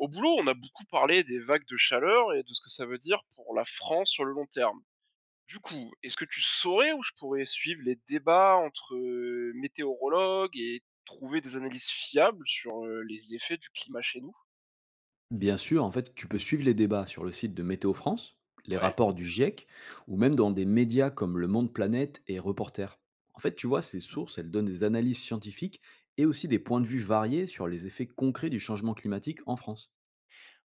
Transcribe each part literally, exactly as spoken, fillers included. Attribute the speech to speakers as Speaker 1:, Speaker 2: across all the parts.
Speaker 1: Au boulot, on a beaucoup parlé des vagues de chaleur et de ce que ça veut dire pour la France sur le long terme. Du coup, est-ce que tu saurais où je pourrais suivre les débats entre euh, météorologues et trouver des analyses fiables sur euh, les effets du climat chez nous?
Speaker 2: Bien sûr, en fait, tu peux suivre les débats sur le site de Météo France, les
Speaker 1: Ouais.
Speaker 2: rapports du GIEC, ou même dans des médias comme Le Monde Planète et Reporter. En fait, tu vois, ces sources, elles donnent des analyses scientifiques et aussi des points de vue variés sur les effets concrets du changement climatique en France.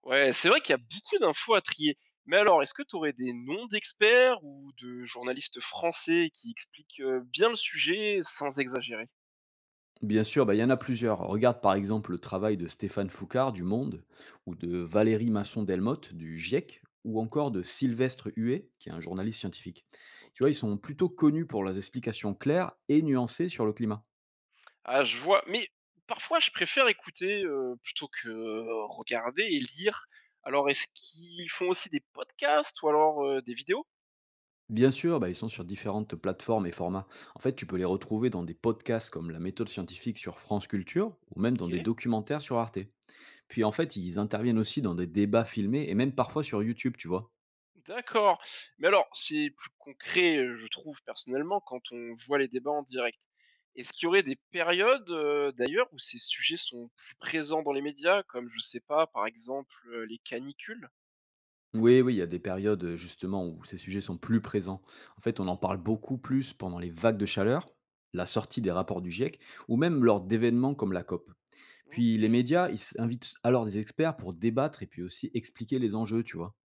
Speaker 1: Ouais, c'est vrai qu'il y a beaucoup d'infos à trier. Mais alors, est-ce que tu aurais des noms d'experts ou de journalistes français qui expliquent euh, bien le sujet sans exagérer?
Speaker 2: Bien sûr, bah, il y en a plusieurs. Regarde par exemple le travail de Stéphane Foucard du Monde, ou de Valérie Masson-Delmotte du GIEC, ou encore de Sylvestre Huet, qui est un journaliste scientifique. Tu
Speaker 1: Ok.
Speaker 2: vois, ils sont plutôt connus pour leurs explications claires et nuancées sur le climat.
Speaker 1: Ah, je vois, mais parfois je préfère écouter, heu, plutôt que, heu, regarder et lire. Alors est-ce qu'ils font aussi des podcasts ou alors, heu, des vidéos?
Speaker 2: Bien sûr, bah, ils sont sur différentes plateformes et formats. En fait, tu peux les retrouver dans des podcasts comme La méthode scientifique sur France Culture ou même dans des
Speaker 1: OK,
Speaker 2: documentaires sur Arte. Puis en fait, ils interviennent aussi dans des débats filmés et même parfois sur YouTube, tu vois.
Speaker 1: d'accord. Mais alors, c'est plus concret, heu, je trouve personnellement quand on voit les débats en direct. Est-ce qu'il y aurait des périodes, heu, d'ailleurs, où ces sujets sont plus présents dans les médias, comme je sais pas, par exemple, heu, les canicules?
Speaker 2: Oui, oui, il y a des périodes euh, justement où ces sujets sont plus présents. En fait, on en parle beaucoup plus pendant les vagues de chaleur, la sortie des rapports du GIEC ou même lors d'événements comme la COP. Puis les
Speaker 1: OK.
Speaker 2: médias, ils s- invitent alors des experts pour débattre et puis aussi expliquer les enjeux, tu vois.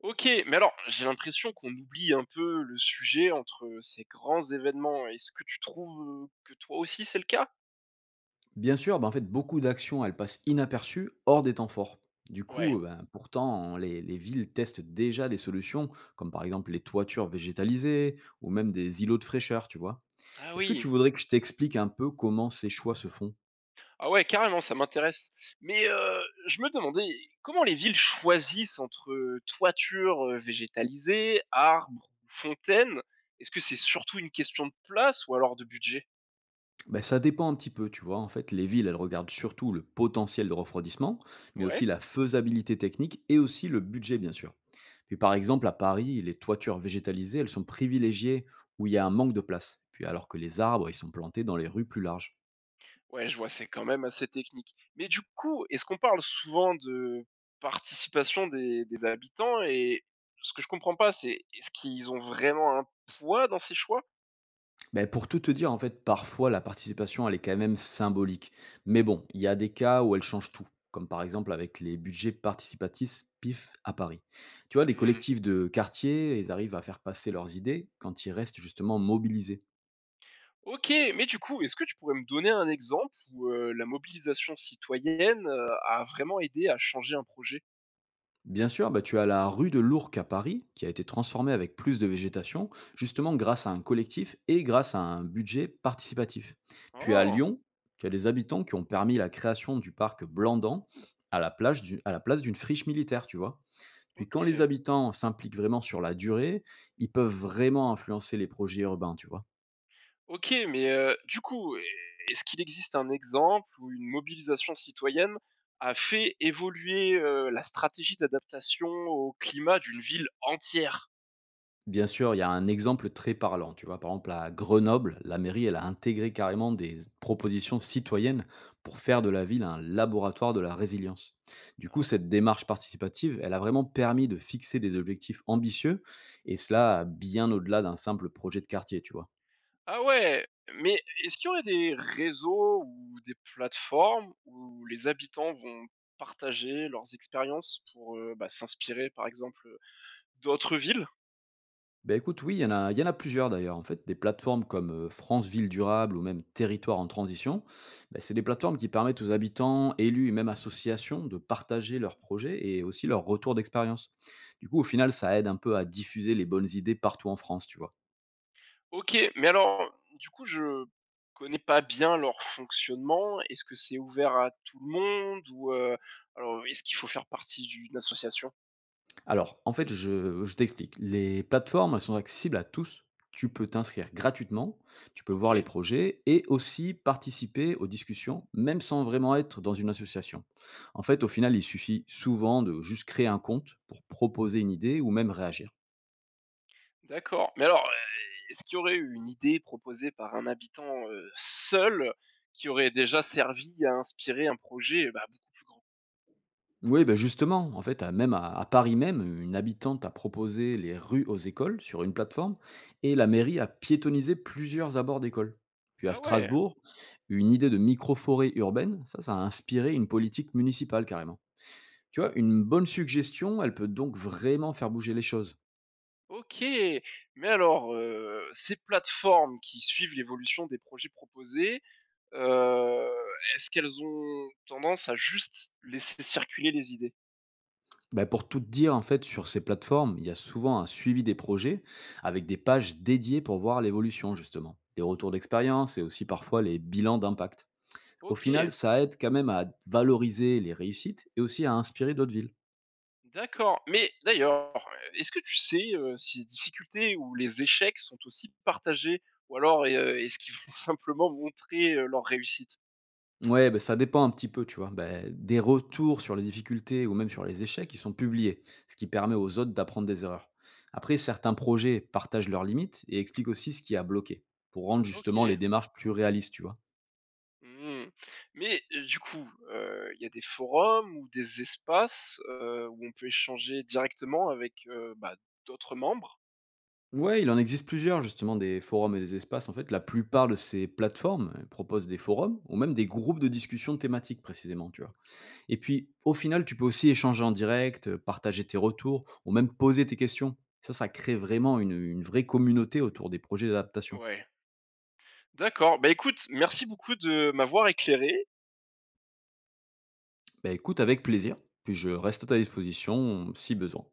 Speaker 1: OK, mais alors, j'ai l'impression qu'on oublie un peu le sujet entre ces grands événements. Est-ce que tu trouves, heu, que toi aussi c'est le cas?
Speaker 2: Bien sûr, ben en fait, beaucoup d'actions, elles passent inaperçues hors des temps forts. Du coup,
Speaker 1: Ouais.
Speaker 2: euh, ben, pourtant, les, les villes testent déjà des solutions, comme par exemple les toitures végétalisées ou même des îlots de fraîcheur, tu vois.
Speaker 1: Ah
Speaker 2: Est-ce que
Speaker 1: oui.
Speaker 2: tu voudrais que je t'explique un peu comment ces choix se font?
Speaker 1: Ah ouais, carrément, ça m'intéresse. Mais, heu, je me demandais, comment les villes choisissent entre toitures, heu, végétalisées, arbres ou fontaines? Est-ce que c'est surtout une question de place ou alors de budget?
Speaker 2: Ben, ça dépend un petit peu, tu vois. En fait, les villes, elles regardent surtout le potentiel de refroidissement, mais
Speaker 1: Ouais.
Speaker 2: aussi la faisabilité technique et aussi le budget, bien sûr. Puis par exemple, à Paris, les toitures végétalisées, elles sont privilégiées où il y a un manque de place. Puis alors que les arbres, ils sont plantés dans les rues plus larges.
Speaker 1: Ouais, je vois, c'est quand même assez technique. Mais du coup, est-ce qu'on parle souvent de participation des, des habitants? Et ce que je comprends pas, c'est, est-ce qu'ils ont vraiment un poids dans ces choix?
Speaker 2: Ben, pour tout te dire, en fait, parfois la participation, elle est quand même symbolique. Mais bon, il y a des cas où elle change tout, comme par exemple avec les budgets participatifs P I F à Paris. Tu vois, les
Speaker 1: Hmm.
Speaker 2: collectifs de quartier, ils arrivent à faire passer leurs idées quand ils restent justement mobilisés.
Speaker 1: Ok, mais du coup, est-ce que tu pourrais me donner un exemple où euh, la mobilisation citoyenne euh, a vraiment aidé à changer un projet?
Speaker 2: Bien sûr, bah, tu as la rue de l'Ourcq à Paris, qui a été transformée avec plus de végétation, justement grâce à un collectif et grâce à un budget participatif. Puis à
Speaker 1: Oh,
Speaker 2: Lyon, tu as les habitants qui ont permis la création du parc Blandan à la, plage du- à la place d'une friche militaire, tu vois. Puis quand les
Speaker 1: ok.
Speaker 2: habitants s'impliquent vraiment sur la durée, ils peuvent vraiment influencer les projets urbains, tu vois.
Speaker 1: OK, mais heu, du coup, est ce qu'il existe un exemple où une mobilisation citoyenne a fait évoluer, heu, la stratégie d'adaptation au climat d'une ville entière?
Speaker 2: Bien sûr, il y a un exemple très parlant, tu vois, par exemple à Grenoble, la mairie, elle a intégré carrément des propositions citoyennes pour faire de la ville un laboratoire de la résilience. Du coup,
Speaker 1: Ah ouais.
Speaker 2: cette démarche participative, elle a vraiment permis de fixer des objectifs ambitieux, et cela bien au-delà d'un simple projet de quartier, tu vois.
Speaker 1: Ah ouais, mais est-ce qu'il y aurait des réseaux ou des plateformes où les habitants vont partager leurs expériences pour, heu, bah, s'inspirer, par exemple, d'autres villes?
Speaker 2: Ben écoute, oui, il y en a il y en a plusieurs d'ailleurs. En fait, des plateformes comme, heu, France Ville Durable ou même Territoire en Transition, bah, c'est des plateformes qui permettent aux habitants, élus et même associations de partager leurs projets et aussi leurs retours d'expérience. Du coup, au final, ça aide un peu à diffuser les bonnes idées partout en France, tu vois?
Speaker 1: OK, mais alors, du coup, je connais pas bien leur fonctionnement. Est-ce que c'est ouvert à tout le monde ou, heu, alors est-ce qu'il faut faire partie d'une association?
Speaker 2: Alors, en fait, je, je t'explique. Les plateformes, elles sont accessibles à tous. Tu peux t'inscrire gratuitement, tu peux voir les
Speaker 1: OK,
Speaker 2: projets et aussi participer aux discussions, même sans vraiment être dans une association. En fait, au final, il suffit souvent de juste créer un compte pour proposer une idée ou même réagir.
Speaker 1: d'accord. Mais alors, euh, est-ce qu'il y aurait eu une idée proposée par un habitant, heu, seul, qui aurait déjà servi à inspirer un projet, bah, beaucoup plus grand?
Speaker 2: Oui, ben justement, en fait, à même à à Paris même, une habitante a proposé les rues aux écoles sur une plateforme et la mairie a piétonnisé plusieurs abords d'écoles. Puis à
Speaker 1: Ah ouais,
Speaker 2: Strasbourg, une idée de micro-forêt urbaine, ça, ça a inspiré une politique municipale carrément. Tu vois, une bonne suggestion, elle peut donc vraiment faire bouger les choses.
Speaker 1: OK. Mais alors, heu, ces plateformes qui suivent l'évolution des projets proposés, Heu, est-ce qu'elles ont tendance à juste laisser circuler les idées?
Speaker 2: Ben pour tout te dire, en fait, sur ces plateformes, il y a souvent un suivi des projets avec des pages dédiées pour voir l'évolution, justement, les retours d'expérience et aussi parfois les bilans d'impact. Au final,
Speaker 1: OK,
Speaker 2: ça aide quand même à valoriser les réussites et aussi à inspirer d'autres villes.
Speaker 1: d'accord. Mais d'ailleurs, est-ce que tu sais, heu, si les difficultés ou les échecs sont aussi partagés ou alors, heu, est-ce qu'ils vont simplement montrer, heu, leur réussite?
Speaker 2: Ouais, ben ça dépend un petit peu, tu vois. Ben des retours sur les difficultés ou même sur les échecs qui sont publiés, ce qui permet aux autres d'apprendre des erreurs. Après, certains projets partagent leurs limites et expliquent aussi ce qui a bloqué, pour rendre justement les
Speaker 1: OK.
Speaker 2: démarches plus réalistes, tu vois.
Speaker 1: Mmh. Mais euh, du coup, heu, il y a des forums ou des espaces, heu, où on peut échanger directement avec, heu, bah, d'autres membres?
Speaker 2: Ouais, il en existe plusieurs, justement, des forums et des espaces. En fait, la plupart de ces plateformes euh, proposent des forums ou même des groupes de discussion thématiques, précisément, tu vois.
Speaker 1: OK.
Speaker 2: Et puis, au final, tu peux aussi échanger en direct, heu, partager tes retours ou même poser tes questions. Ça, ça crée vraiment une, une vraie communauté autour des projets d'adaptation.
Speaker 1: Ouais. D'accord. Bah, écoute, merci beaucoup de m'avoir éclairé.
Speaker 2: Bah, écoute avec plaisir, puis je reste à ta disposition si besoin.